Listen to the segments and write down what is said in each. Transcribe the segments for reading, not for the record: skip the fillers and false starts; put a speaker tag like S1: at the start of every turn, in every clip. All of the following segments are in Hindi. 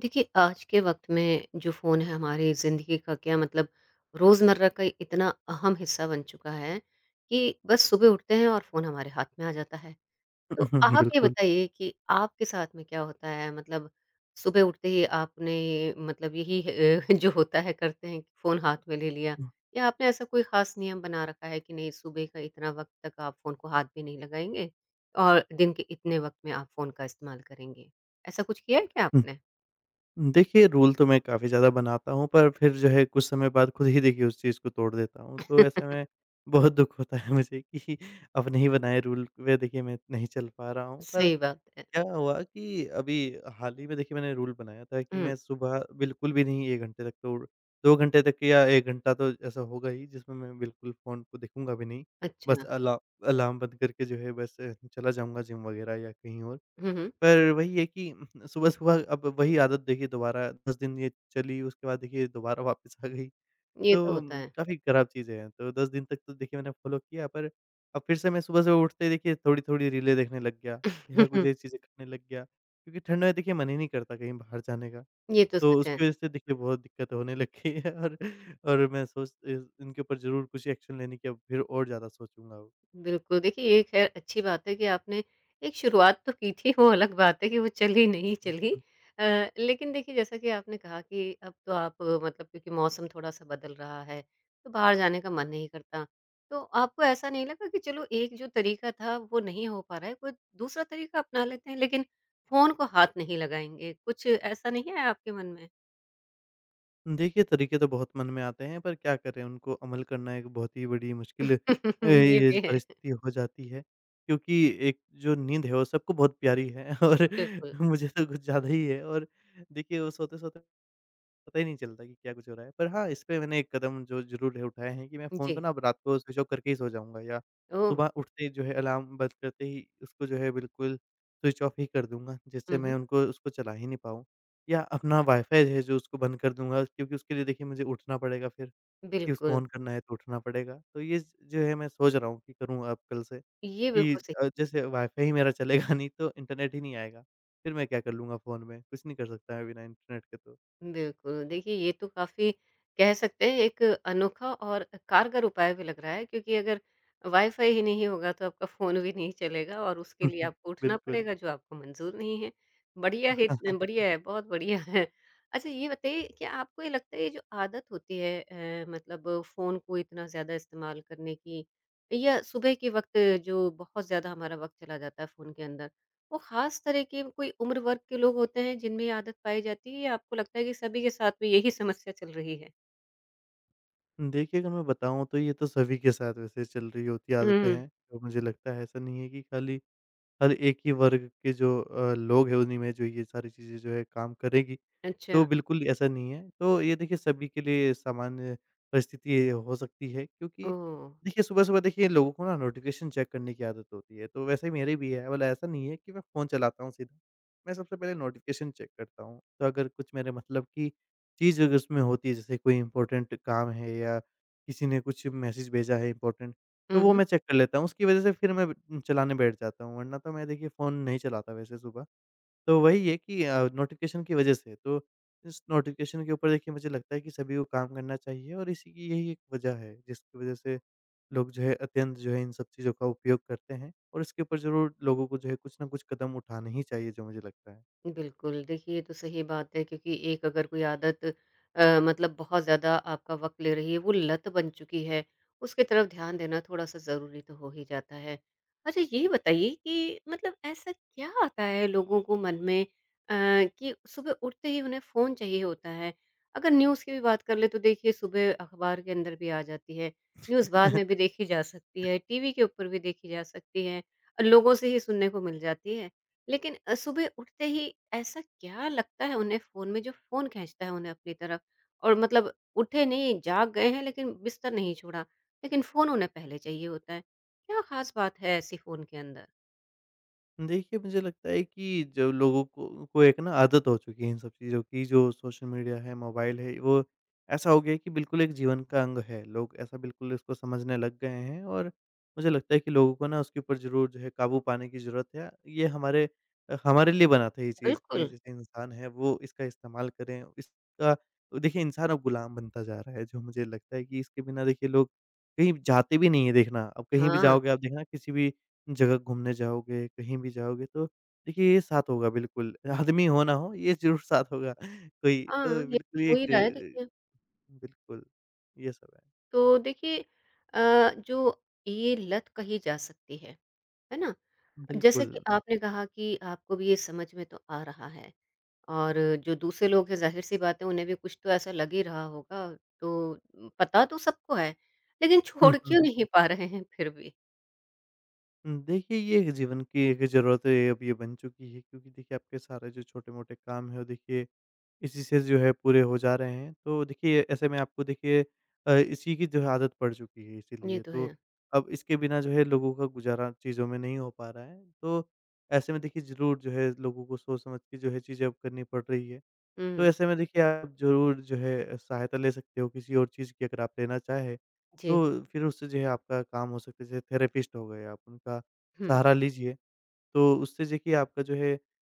S1: देखिए, आज के वक़्त में जो फ़ोन है हमारी ज़िंदगी का क्या मतलब रोज़मर्रा का इतना अहम हिस्सा बन चुका है कि बस सुबह उठते हैं और फ़ोन हमारे हाथ में आ जाता है। तो आप ये
S2: बिल्कुल।
S1: बताइए कि आपके साथ में क्या होता है? मतलब सुबह उठते ही आपने मतलब यही जो होता है करते हैं कि फ़ोन हाथ में ले लिया या आपने ऐसा कोई ख़ास नियम बना रखा है कि नहीं सुबह का इतना वक़्त तक आप फ़ोन को हाथ भी नहीं लगाएँगे और दिन के इतने वक़्त में आप फ़ोन का इस्तेमाल करेंगे? ऐसा कुछ किया है क्या
S2: हम्म,
S1: आपने?
S2: देखिए, रूल तो मैं काफ़ी ज़्यादा बनाता हूँ, पर फिर जो है कुछ समय बाद खुद ही देखिए उस चीज़ को तोड़ देता हूँ। तो ऐसे में बहुत दुःख होता है मुझे कि अपने ही बनाए रूल पे देखिए मैं नहीं चल पा रहा हूँ। पर
S1: सही बात है।
S2: क्या हुआ कि अभी हाल ही में देखिए मैंने रूल बनाया था कि
S1: हुँ,
S2: मैं सुबह बिल्कुल भी नहीं, 1 घंटे तक तो 2 घंटे तक या 1 घंटा तो ऐसा होगा ही, जिसमें मैं बिल्कुल फ़ोन को देखूँगा भी नहीं। बस
S1: अच्छा।
S2: अलार्म बंद करके जो है बस, चला जाऊँगा जिम वग़ैरह या कहीं और।
S1: हुँ, हुँ,
S2: पर वही है कि सुबह-सुबह अब वही आदत देखिए दोबारा 10 दिन ये चली, उसके बाद देखिए दोबारा वापस आ गई।
S1: ये तो
S2: तो
S1: होता है।
S2: काफ़ी खराब चीज़ें हैं। तो 10 दिन तक तो देखिए मैंने फ़ॉलो किया, पर अब फिर से मैं सुबह-सुबह उठते ही देखिए थोड़ी-थोड़ी रीलें देखने लग गया, या कुछ ये चीज़ें खाने लग गया। क्योंकि ठंड में देखिए मन ही नहीं करता कहीं बाहर जाने का।
S1: ये तो
S2: तो
S1: सच है।
S2: उसकी वज़ह से देखिए बहुत दिक्कत होने लग गई है, और मैं सोच इस इनके ऊपर ज़रूर कुछ एक्शन लेने की अब फिर और ज़्यादा सोचूँगा अब।
S1: बिल्कुल, देखिए ये ख़ैर अच्छी बात है कि आपने एक शुरुआत तो की थी, वो अलग बात है कि वो चली नहीं चली। लेकिन देखिए जैसा कि आपने कहा कि अब तो आप मतलब क्योंकि मौसम थोड़ा-सा बदल रहा है, तो बाहर जाने का मन नहीं करता। तो आपको ऐसा नहीं लगा कि चलो एक जो तरीका था वो नहीं हो पा रहा है, कोई दूसरा तरीका अपना लेते हैं लेकिन फ़ोन को हाथ नहीं लगाएँगे, कुछ ऐसा नहीं है आपके मन में?
S2: देखिए, तरीके तो बहुत मन में आते हैं, पर क्या करें उनको अमल करना एक बहुत ही बड़ी मुश्किल
S1: ये
S2: ये
S1: भी है।
S2: परिस्थिति हो जाती है, क्योंकि एक जो नींद है वो सबको बहुत प्यारी है और
S1: बिल्कुल,
S2: मुझे तो कुछ ज़्यादा ही है, और देखिए वो सोते-सोते पता ही नहीं चलता कि क्या कुछ हो रहा है। पर हाँ, इस पे मैंने एक कदम जो ज़रूर है उठाए हैं कि मैं फ़ोन को
S1: जी।
S2: ना अब रात को स्विच ऑफ करके ही सो जाऊँगा, या
S1: ओह!
S2: सुबह उठते ही जो है अलार्म बंद करते ही उसको जो है बिल्कुल स्विच ऑफ ही कर दूँगा, जिससे
S1: हुँ, हुँ।
S2: मैं उनको उसको चला ही नहीं पाऊँ। या अपना वाईफ़ाई जो है जो उसको बंद कर दूँगा, क्योंकि उसके लिए देखिए मुझे उठना पड़ेगा, फिर कि उसको
S1: बिल्कुल,
S2: ऑन करना है तो उठना पड़ेगा। तो ये ज जो है मैं सोच रहा हूँ कि करूँ अब कल से
S1: ये
S2: कि
S1: बिल्कुल सही
S2: जैसे वाईफ़ाई ही मेरा चलेगा नहीं तो इंटरनेट ही नहीं आएगा। फिर मैं क्या कर लूँगा फ़ोन में? कुछ नहीं कर सकता मैं बिना इंटरनेट के तो।
S1: बिल्कुल, देखिए ये तो काफ़ी कह सकते हैं एक अनोखा और कारगर उपाय भी लग रहा है क्योंकि अगर वाईफ़ाई ही नहीं होगा तो आपका फ़ोन भी नहीं चलेगा और उसके लिए आपको उठना
S2: बिल्कुल।
S1: पड़ेगा जो आपको मंज़ूर नहीं है। बढ़िया हित बढ़िया है, बहुत बढ़िया है। अच्छा ये बताइए क्या आपको ये लगता है ये जो आदत होती है मतलब फ़ोन को इतना ज़्यादा इस्तेमाल करने की या सुबह के वक़्त जो बहुत ज़्यादा हमारा वक़्त चला जाता है फ़ोन के अंदर वो खास तरह के कोई उम्र वर्ग के लोग होते हैं जिनमें ये आदत पाई जाती है या आपको लगता है कि सभी के साथ में यही समस्या चल रही है?
S2: देखिए, अगर मैं बताऊँ तो ये तो सभी के साथ वैसे चल रही होती आदतें
S1: हुँ,
S2: हैं, तो मुझे लगता है ऐसा नहीं है कि खाली हर एक ही वर्ग के जो लोग हैं उन्हीं में जो ये सारी चीज़ें जो है काम करेगी। तो
S1: अच्छा।
S2: बिल्कुल ऐसा नहीं है। तो ये देखिए सभी के लिए सामान्य परिस्थिति हो सकती है, क्योंकि
S1: ओह!
S2: देखिए सुबह-सुबह देखिए लोगों को ना नोटिफ़िकेशन चेक करने की आदत होती है, तो वैसे ही मेरी भी है। भला ऐसा नहीं है कि मैं फ़ोन चलाता हूँ सीधा। मैं सबसे पहले नोटिफ़िकेशन चेक करता हूँ। तो अगर कुछ मेरे मतलब की चीज़ अगर उसमें होती है, जैसे कोई इम्पोर्टेंट काम है या किसी ने कुछ मैसेज भेजा है इम्पोर्टेंट, तो
S1: हुँ,
S2: वो
S1: हुँ।
S2: मैं चेक कर लेता हूँ। उसकी वज़ह से फिर मैं चलाने बैठ जाता हूँ, वरना तो मैं देखिए फ़ोन नहीं चलाता वैसे सुबह। तो वही है कि नोटिफ़िकेशन की वजह से, तो इस नोटिफ़िकेशन के ऊपर देखिए मुझे लगता है कि सभी को काम करना चाहिए, और इसी की यही एक वजह है, जिसकी वजह से लोग जो है अत्यंत जो है इन सब चीज़ों का उपयोग करते हैं, और इसके ऊपर ज़रूर लोगों को जो है कुछ ना कुछ कदम उठाने ही चाहिए जो मुझे लगता
S1: बिल्कुल, देखिए ये तो सही बात है क्योंकि एक अगर कोई आदत मतलब बहुत ज़्यादा आपका वक़्त ले रही है, वो लत बन चुकी है, उसके तरफ ध्यान देना थोड़ा-सा ज़रूरी तो हो ही जाता है। अच्छा ये बताइए कि मतलब ऐसा क्या आता है लोगों को मन में कि सुबह उठते ही उन्हें फ़ोन चाहिए होता है? अगर न्यूज़ की भी बात कर लें तो देखिए सुबह अखबार के अंदर भी आ जाती है, न्यूज़ बाद में भी
S2: है।
S1: देखी जा सकती है, टीवी के ऊपर भी देखी जा सकती है, लोगों से ही सुनने को मिल जाती है। लेकिन सुबह उठते ही ऐसा क्या लगता है उन्हें फ़ोन में जो फ़ोन खींचता है उन्हें अपनी तरफ? और मतलब उठे नहीं, जाग गए हैं लेकिन बिस्तर नहीं छोड़ा, लेकिन फ़ोन उन्हें पहले चाहिए होता है। क्या ख़ास बात है ऐसी फ़ोन के अंदर?
S2: देखिए, मुझे लगता है कि जो लोगों को एक ना आदत हो चुकी है इन सब चीज़ों की, जो सोशल मीडिया है, मोबाइल है, वो ऐसा हो गया है कि बिल्कुल एक जीवन का अंग है। लोग ऐसा बिल्कुल इसको समझने लग गए हैं, और मुझे लगता है कि लोगों को ना उसके ऊपर ज़रूर जो है काबू पाने की ज़रूरत है। ये हमारे लिए बना था ये चीज़ कि
S1: बिल्कुल,
S2: जैसे इंसान है वो इसका इस्तेमाल करें, इसका देखिए इंसान अब गुलाम बनता जा रहा है, जो मुझे लगता है कि इसके बिना देखिए लोग कहीं जाते भी नहीं हैं देखना। अब कहीं भी
S1: हाँ।
S2: जाओगे आप देखना, किसी भी जगह घूमने जाओगे, कहीं भी जाओगे तो देखिए ये साथ होगा बिल्कुल। आदमी हो ना हो ये ज़रूर साथ होगा। कोई तो
S1: हाँ, ये
S2: बिल्कुल ये
S1: हो ही रहा है
S2: एक
S1: देखिए।
S2: बिल्कुल, ये सब है।
S1: तो देखिए जो ये लत कही जा सकती है ना? जैसे
S2: बिल्कुल।
S1: कि आपने कहा कि आपको भी ये समझ में तो आ रहा है। और जो दूसरे लोग हैं ज़ाहिर-सी बात है उन्हें भी कुछ तो ऐसा लग ही रहा होगा, तो पता तो सबको है, लेकिन
S2: हुँ,
S1: छोड़
S2: हुँ,
S1: क्यों
S2: हुँ।
S1: नहीं पा रहे हैं फिर भी?
S2: देखिए, ये एक जीवन की एक ज़रूरत है, अब ये बन चुकी है, क्योंकि देखिए आपके सारे जो छोटे-मोटे काम हैं वो देखिए इसी से जो है पूरे हो जा रहे हैं। तो देखिए ऐसे में आपको देखिए इसी की जो है आदत पड़ चुकी है,
S1: ये
S2: इसीलिए
S1: तो
S2: तो
S1: है।
S2: अब इसके बिना जो है लोगों का गुज़ारा चीज़ों में नहीं हो पा रहा है। तो ऐसे में देखिए ज़रूर जो है लोगों को सोच समझ के जो है चीज़ें अब करनी पड़ रही है। तो
S1: हुँ,
S2: ऐसे में देखिए आप ज़रूर जो है सहायता ले सकते हो किसी और चीज़ की, अगर आप लेना चाहें।
S1: जी।
S2: तो फिर उससे जो है आपका काम हो सकता है, जैसे थेरेपिस्ट हो गए, आप उनका
S1: हुँ,
S2: सहारा लीजिए। तो उससे देखिए आपका जो है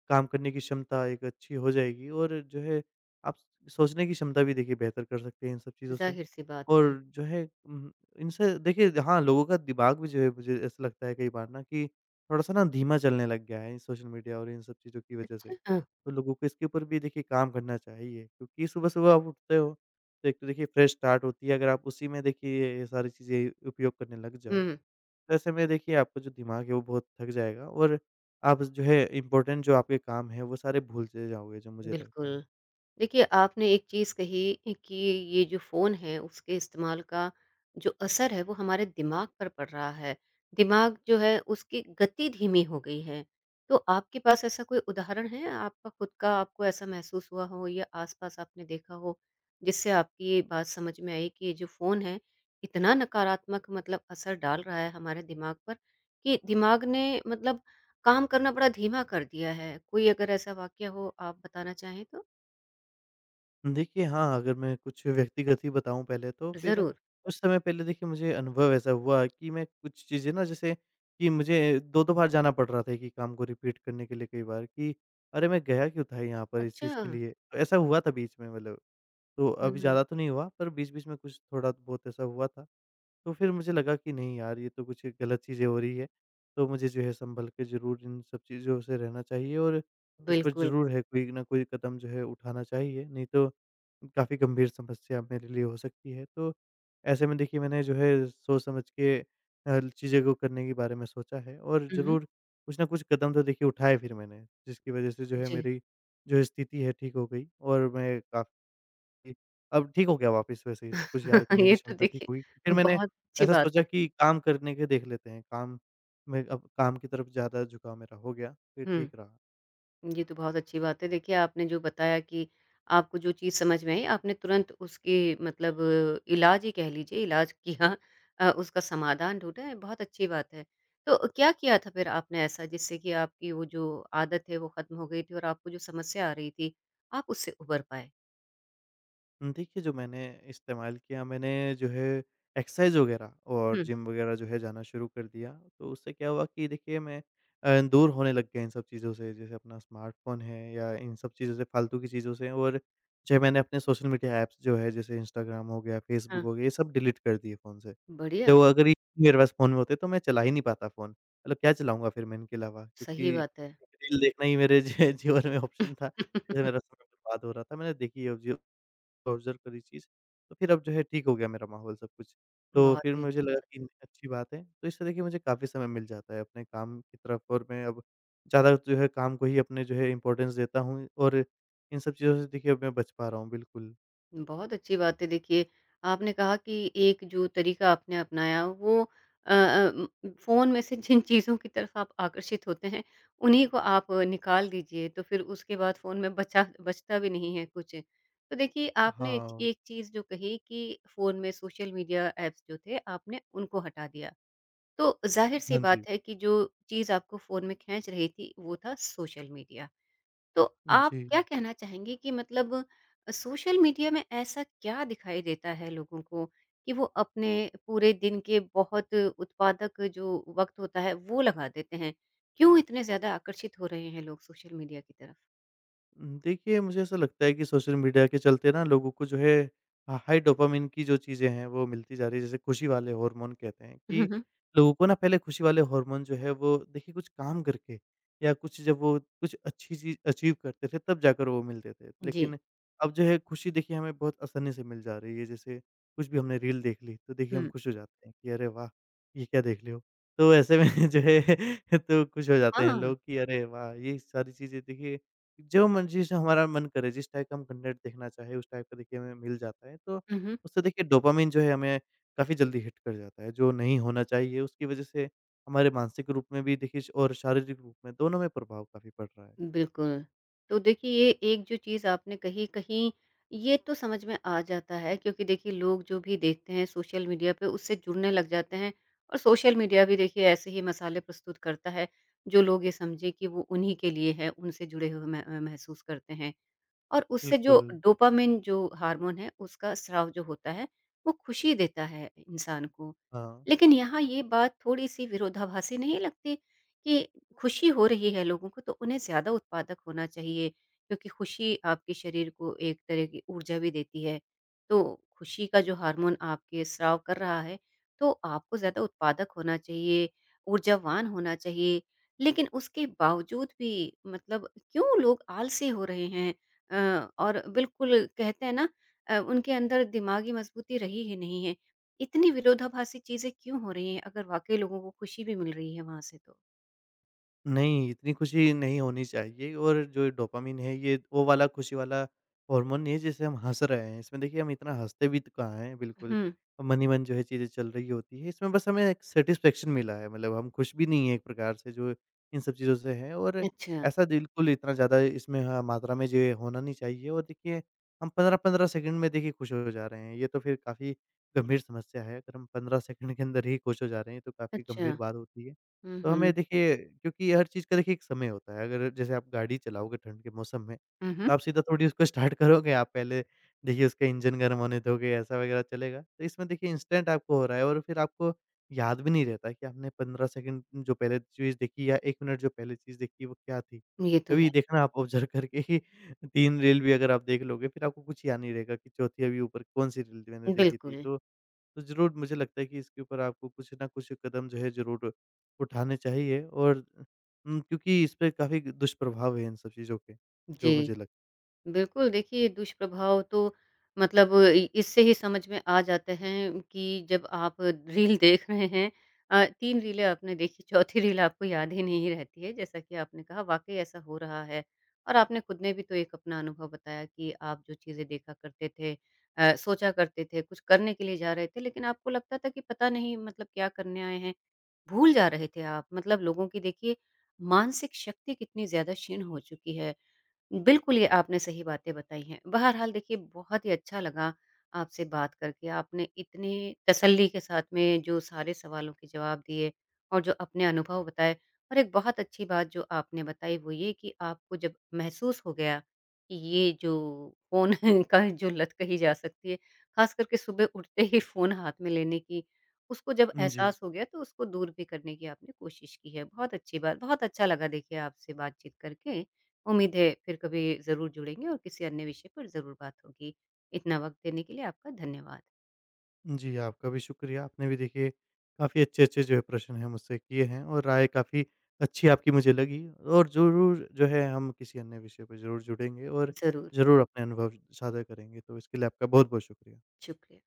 S2: काम करने की क्षमता एक अच्छी हो जाएगी, और जो है आप सोचने की क्षमता भी देखिए बेहतर कर सकते हैं इन सब चीज़ों से।
S1: ज़ाहिर-सी बात
S2: और
S1: है।
S2: जो है इनसे देखिए हाँ, लोगों का दिमाग भी जो है मुझे ऐसा लगता है कई बार ना कि थोड़ा-सा ना धीमा चलने लग गया है इन सोशल मीडिया और इन सब चीज़ों की वज़ह
S1: अच्छा
S2: से।
S1: हाँ,
S2: तो लोगों को इसके ऊपर भी देखिए काम करना चाहिए, क्योंकि सुबह-सुबह आप उठते हो, तो एक तो देखिए फ्रेश स्टार्ट होती है, अगर आप उसी में देखिए ये सारी चीज़ें उपयोग करने लग जाओ,
S1: हुँ।
S2: ऐसे में देखिए आपका जो दिमाग है वो बहुत थक जाएगा, और आप जो है इम्पोर्टेंट जो आपके काम हैं वो सारे भूल से जाओगे जो मुझे लगता है।
S1: बिल्कुल। देखिए, आपने एक चीज़ कही इ कि ये जो फ़ोन है, उसके इस्तेमाल का जो असर है, वो हमारे दिमाग पर पड़ रहा है। दिमाग जो है, उसकी गति धीमी हो गई है। तो आपके पास ऐसा कोई उदाहरण है, आपका खुद का आपको ऐसा महसूस हुआ हो या आस-पास आपने देखा हो, जिससे आपकी ये बात समझ में आई कि ये जो फ़ोन है, इतना नकारात्मक मतलब असर डाल रहा है हमारे दिमाग पर, कि दिमाग ने मतलब काम करना बड़ा धीमा कर दिया है। कोई अगर ऐसा वाक़या हो आप बताना चाहें तो?
S2: देखिए हाँ, अगर मैं कुछ व्यक्तिगत ही बताऊँ पहले, तो फिर
S1: ज़रूर।
S2: कुछ समय पहले देखिए मुझे अनुभव ऐसा हुआ कि मैं कुछ चीज़ें ना, जैसे कि मुझे 2-2 बार जाना पड़ रहा था एक ही काम को रिपीट करने के लिए कई बार कि अरे! मैं गया क्यों था यहाँ पर इस
S1: अच्छा।
S2: चीज़ के लिए? तो ऐसा हुआ था बीच में, मतलब, तो अभी
S1: हुँ,
S2: ज़्यादा तो नहीं हुआ, पर बीच-बीच में कुछ थोड़ा बहुत ऐसा हुआ था। तो फिर मुझे लगा कि नहीं यार, ये तो कुछ गलत चीज़ें हो रही है। तो मुझे जो है सँभल के ज़रूर इन सब चीज़ों से रहना चाहिए, और इस पर
S1: बिल्कुल।
S2: ज़रूर है कोई ना कोई कदम जो है उठाना चाहिए, नहीं तो काफ़ी गंभीर समस्या मेरे लिए हो सकती है। तो ऐसे में देखिए मैंने जो है सोच समझ के चीज़ों को करने के बारे में सोचा है, और
S1: हुँ, हुँ।
S2: ज़रूर कुछ ना कुछ कदम तो देखिए उठाए फिर मैंने, जिसकी वज़ह से जो है
S1: जी।
S2: मेरी जो स्थिति है ठीक हो गई, और मैं काफ़ी जी। अब ठीक हो गया वापस, वैसे ही सब कुछ याद करने की
S1: ये तो
S2: क्षमता ठीक
S1: देखिए
S2: हुई। फिर मैंने
S1: बहुत अच्छी
S2: ऐसा
S1: बात
S2: सोचा
S1: है।
S2: कि काम करने के देख लेते हैं, काम में, अब काम की तरफ ज़्यादा झुकाव मेरा हो गया, फिर
S1: हुँ।
S2: ठीक रहा।
S1: ये तो बहुत अच्छी बात है। देखिए, आपने जो बताया कि आपको जो चीज़ समझ में आई, आपने तुरंत उसकी मतलब इलाज ही कह लीजिए, इलाज किया उसका समाधान ढूँढा, ये बहुत अच्छी बात है। तो क्या किया था फिर आपने ऐसा जिससे कि आपकी वो जो आदत है, वो खत्म हो गई थी और आपको जो समस्या आ रही थी, आप उससे उबर पाए?
S2: देखिए, जो मैंने इस्तेमाल किया, मैंने जो है एक्सरसाइज़ वग़ैरह और
S1: हुँ,
S2: जिम वग़ैरह जो है जाना शुरू कर दिया। तो उससे क्या हुआ कि देखिए मैं दूर होने लग गया इन सब चीज़ों से, जैसे अपना स्मार्टफ़ोन है या इन सब चीज़ों से, फालतू की चीज़ों से, और जो है मैंने अपने सोशल मीडिया ऐप्स जो है, जैसे इंस्टाग्राम हो गया, फ़ेसबुक
S1: हाँ।
S2: हो गया, ये सब डिलीट कर दिए फ़ोन से।
S1: बढ़िया,
S2: तो अगर ये मेरे पास फ़ोन में होते, तो मैं चला ही नहीं पाता फ़ोन। मतलब क्या चलाऊँगा फिर मैं इनके अलावा,
S1: सही
S2: क्योंकि
S1: बात है।
S2: रील देखना ही मेरे जी जीवन में ऑप्शन था, जिससे मेरा समय बर्बाद हो रहा था। मैंने देखी है, ऑब्ज़र्व करी चीज़, तो फिर अब जो है ठीक हो गया मेरा माहौल सब कुछ। तो
S1: बहुत
S2: फिर
S1: ही
S2: मुझे
S1: अच्छी
S2: लगा
S1: बात।
S2: कि नहीं अच्छी बात है, तो इससे देखिए मुझे काफ़ी समय मिल जाता है अपने काम की तरफ, और मैं अब ज़्यादा जो है काम को ही अपने जो है इम्पोर्टेंस देता हूँ, और इन सब चीज़ों से देखिए अब मैं बच पा रहा हूँ बिल्कुल।
S1: बहुत अच्छी बात है देखिए, आपने कहा कि एक जो तरीका आपने अपनाया वो फ़ोन में से जिन चीज़ों की तरफ आप आकर्षित होते हैं, उन्हीं को आप निकाल दीजिए, तो फिर उसके बाद फ़ोन में बचा बचता भी नहीं है कुछ। तो देखिए, आपने एक
S2: हाँ,
S1: एक चीज़ जो कही कि फ़ोन में सोशल मीडिया ऐप्स जो थे, आपने उनको हटा दिया। तो ज़ाहिर-सी
S2: हाँ जी।
S1: बात है कि जो चीज़ आपको फ़ोन में खींच रही थी, वो था सोशल मीडिया। तो आप
S2: जी।
S1: क्या कहना चाहेंगे कि मतलब सोशल मीडिया में ऐसा क्या दिखाई देता है लोगों को कि वो अपने पूरे दिन के बहुत उत्पादक जो वक्त होता है वो लगा देते हैं क्यों इतने ज्यादा आकर्षित हो रहे हैं लोग सोशल मीडिया की तरफ?
S2: देखिए, मुझे ऐसा लगता है कि सोशल मीडिया के चलते ना लोगों को जो है ह हाई डोपामाइन की जो चीज़ें हैं वो मिलती जा रही है। जैसे खुशी वाले हार्मोन कहते हैं
S1: हम्म
S2: कि
S1: हम्म,
S2: लोगों को ना पहले खुशी वाले हार्मोन जो है वो देखिए कुछ काम करके, या कुछ जब वो कुछ अच्छी चीज़ अचीव करते थे तब जाकर वो मिलते थे।
S1: जी
S2: लेकिन अब जो है खुशी देखिए हमें बहुत आसानी से मिल जा रही है। जैसे कुछ भी हमने रील देख ली तो देखिए हम
S1: हम्म
S2: खुश हो जाते हैं कि अरे वाह! ये क्या देख रहे हो? तो ऐसे में जो है तो खुश हो जाते हैं लोग कि अरे वाह! ये सारी चीज़ें देखिए जो मर्ज़ी से हमारा मन करे, जिस टाइप का हम कंटेंट देखना चाहे उस टाइप का देखिए हमें मिल जाता है। तो
S1: हाँ
S2: उससे देखिए डोपामाइन जो है हमें काफ़ी जल्दी हिट कर जाता है, जो नहीं होना चाहिए, उसकी वज़ह से हमारे मानसिक रूप में भी देखिए श और शारीरिक रूप में दोनों में प्रभाव काफ़ी पड़ रहा है।
S1: बिल्कुल। तो देखिए ये एक जो चीज़ आपने कही, कहीं ये तो समझ में आ जाता है क्योंकि देखिए लोग जो भी देखते हैं सोशल मीडिया पे उससे जुड़ने लग जाते हैं और सोशल मीडिया भी देखिए ऐसे ही मसाले प्रस्तुत करता है, जो लोग ये समझे कि वो उन्हीं के लिए है, उनसे जुड़े हुए मह महसूस करते हैं। और उससे जो
S2: बिल्कुल,
S1: डोपामाइन जो हार्मोन है उसका स्राव जो होता है वो खुशी देता है इंसान को।
S2: हाँ।
S1: लेकिन यहाँ ये बात थोड़ी-सी विरोधाभासी नहीं लगती कि खुशी हो रही है लोगों को तो उन्हें ज़्यादा उत्पादक होना चाहिए क्योंकि खुशी आपके शरीर को एक तरह की ऊर्जा भी देती है। तो खुशी का जो हार्मोन आपके स्राव कर रहा है तो आपको ज़्यादा उत्पादक होना चाहिए, ऊर्जावान होना चाहिए। लेकिन उसके बावजूद भी मतलब क्यों लोग आलसी हो रहे हैं? अ, और बिल्कुल कहते हैं ना उनके अंदर दिमागी मजबूती रही ही नहीं है। इतनी विरोधाभासी चीज़ें क्यों हो रही हैं अगर वाक़ई लोगों को खुशी भी मिल रही है वहाँ से तो?
S2: नहीं, इतनी खुशी नहीं होनी चाहिए, और जो डोपामाइन है ये वो वाला खुशी वाला हार्मोन नहीं है जिससे हम हँस रहे हैं। इसमें देखिए हम इतना हँसते भी तो कहाँ हैं बिल्कुल,
S1: हुँ,
S2: मन ही मन जो है चीज़ें चल रही होती हैं। इसमें बस हमें एक सैटिस्फैक्शन मिला है, मतलब हम खुश भी नहीं हैं एक प्रकार से जो इन सब चीज़ों से हैं, और
S1: अच्छा,
S2: ऐसा बिल्कुल इतना ज़्यादा इसमें हाँ, मात्रा में जो है होना नहीं चाहिए, और देखिए हम 15-15 सेकंड में देखिए खुश हो जा रहे हैं। ये तो फिर काफ़ी गंभीर समस्या है, अगर हम 15 सेकंड के अंदर ही खुश हो जा रहे हैं, ये तो काफ़ी
S1: अच्छा।
S2: गंभीर बात होती है।
S1: हुँ,
S2: तो
S1: हुँ।
S2: हमें देखिए, क्योंकि हर चीज़ का देखिए एक समय होता है। अगर जैसे आप गाड़ी चलाओगे ठंड के मौसम में,
S1: हुँ, हुँ।
S2: तो आप सीधा थोड़ी उसको स्टार्ट करोगे, आप पहले देखिए उसका इंजन गर्म होने दोगे, ऐसा वगैरह चलेगा। तो इसमें देखिए इंस्टेंट आपको हो रहा है, और फिर आपको याद भी नहीं रहता कि आपने 15 सेकंड जो पहले चीज़ देखी या 1 मिनट जो पहले चीज़ देखी, वो क्या थी?
S1: ये तो
S2: कभी
S1: है।
S2: देखना आप ऑब्ज़र्व करके ही 3 रील भी अगर आप देख लोगे, फिर आपको कुछ याद नहीं रहेगा कि चौथी अभी ऊपर कौन-सी रील मैंने देखी थी।
S1: बिल्कुल।
S2: तो ज़रूर मुझे लगता है कि इसके ऊपर आपको कुछ ना कुछ कदम जो है ज़रूर उठाने चाहिए, और क्योंकि इस पे काफ़ी दुष्प्रभाव है इन सब चीज़ों के, जो
S1: जी।
S2: मुझे लग
S1: बिल्कुल, देखिए दुष्प्रभाव तो मतलब इ इससे ही समझ में आ जाते हैं कि जब आप रील देख रहे हैं 3 रीलें आपने देखी, चौथी रील आपको याद ही नहीं रहती है, जैसा कि आपने कहा वाक़ई ऐसा हो रहा है। और आपने खुद ने भी तो एक अपना अनुभव बताया कि आप जो चीज़ें देखा करते थे सोचा करते थे, कुछ करने के लिए जा रहे थे, लेकिन आपको लगता था कि पता नहीं मतलब क्या करने आए हैं, भूल जा रहे थे आप। मतलब लोगों की देखिए मानसिक शक्ति कितनी ज़्यादा क्षीण हो चुकी है। बिल्कुल, ये आपने सही बातें बताई हैं। बहरहाल देखिए बहुत ही अच्छा लगा आपसे बात करके। आपने इतनी तसल्ली के साथ में जो सारे सवालों के जवाब दिए और जो अपने अनुभव बताए और एक बहुत अच्छी बात जो आपने बताई वो ये कि आपको जब महसूस हो गया कि ये जो फ़ोन का जो लत कही जा सकती है, ख़ास करके सुबह उठते ही फ़ोन हाथ में लेने की, उसको जब
S2: जी।
S1: एहसास हो गया तो उसको दूर भी करने की आपने कोशिश की है। बहुत अच्छी बात, बहुत अच्छा लगा देखिए आपसे बातचीत करके। उम्मीद है फिर कभी ज़रूर जुड़ेंगे और किसी अन्य विषय पर ज़रूर बात होगी। इतना वक़्त देने के लिए आपका धन्यवाद।
S2: जी, आपका भी शुक्रिया। आपने भी देखिए काफ़ी अच्छे-अच्छे जो है प्रश्न हैं मुझसे किए हैं, और राय काफ़ी अच्छी आपकी मुझे लगी, और ज़रूर जो है हम किसी अन्य विषय पे ज़रूर जुड़ेंगे, और
S1: ज़रूर,
S2: ज़रूर अपने अनुभव साझा करेंगे। तो इसके लिए आपका बहुत-बहुत शुक्रिया।
S1: शुक्रिया।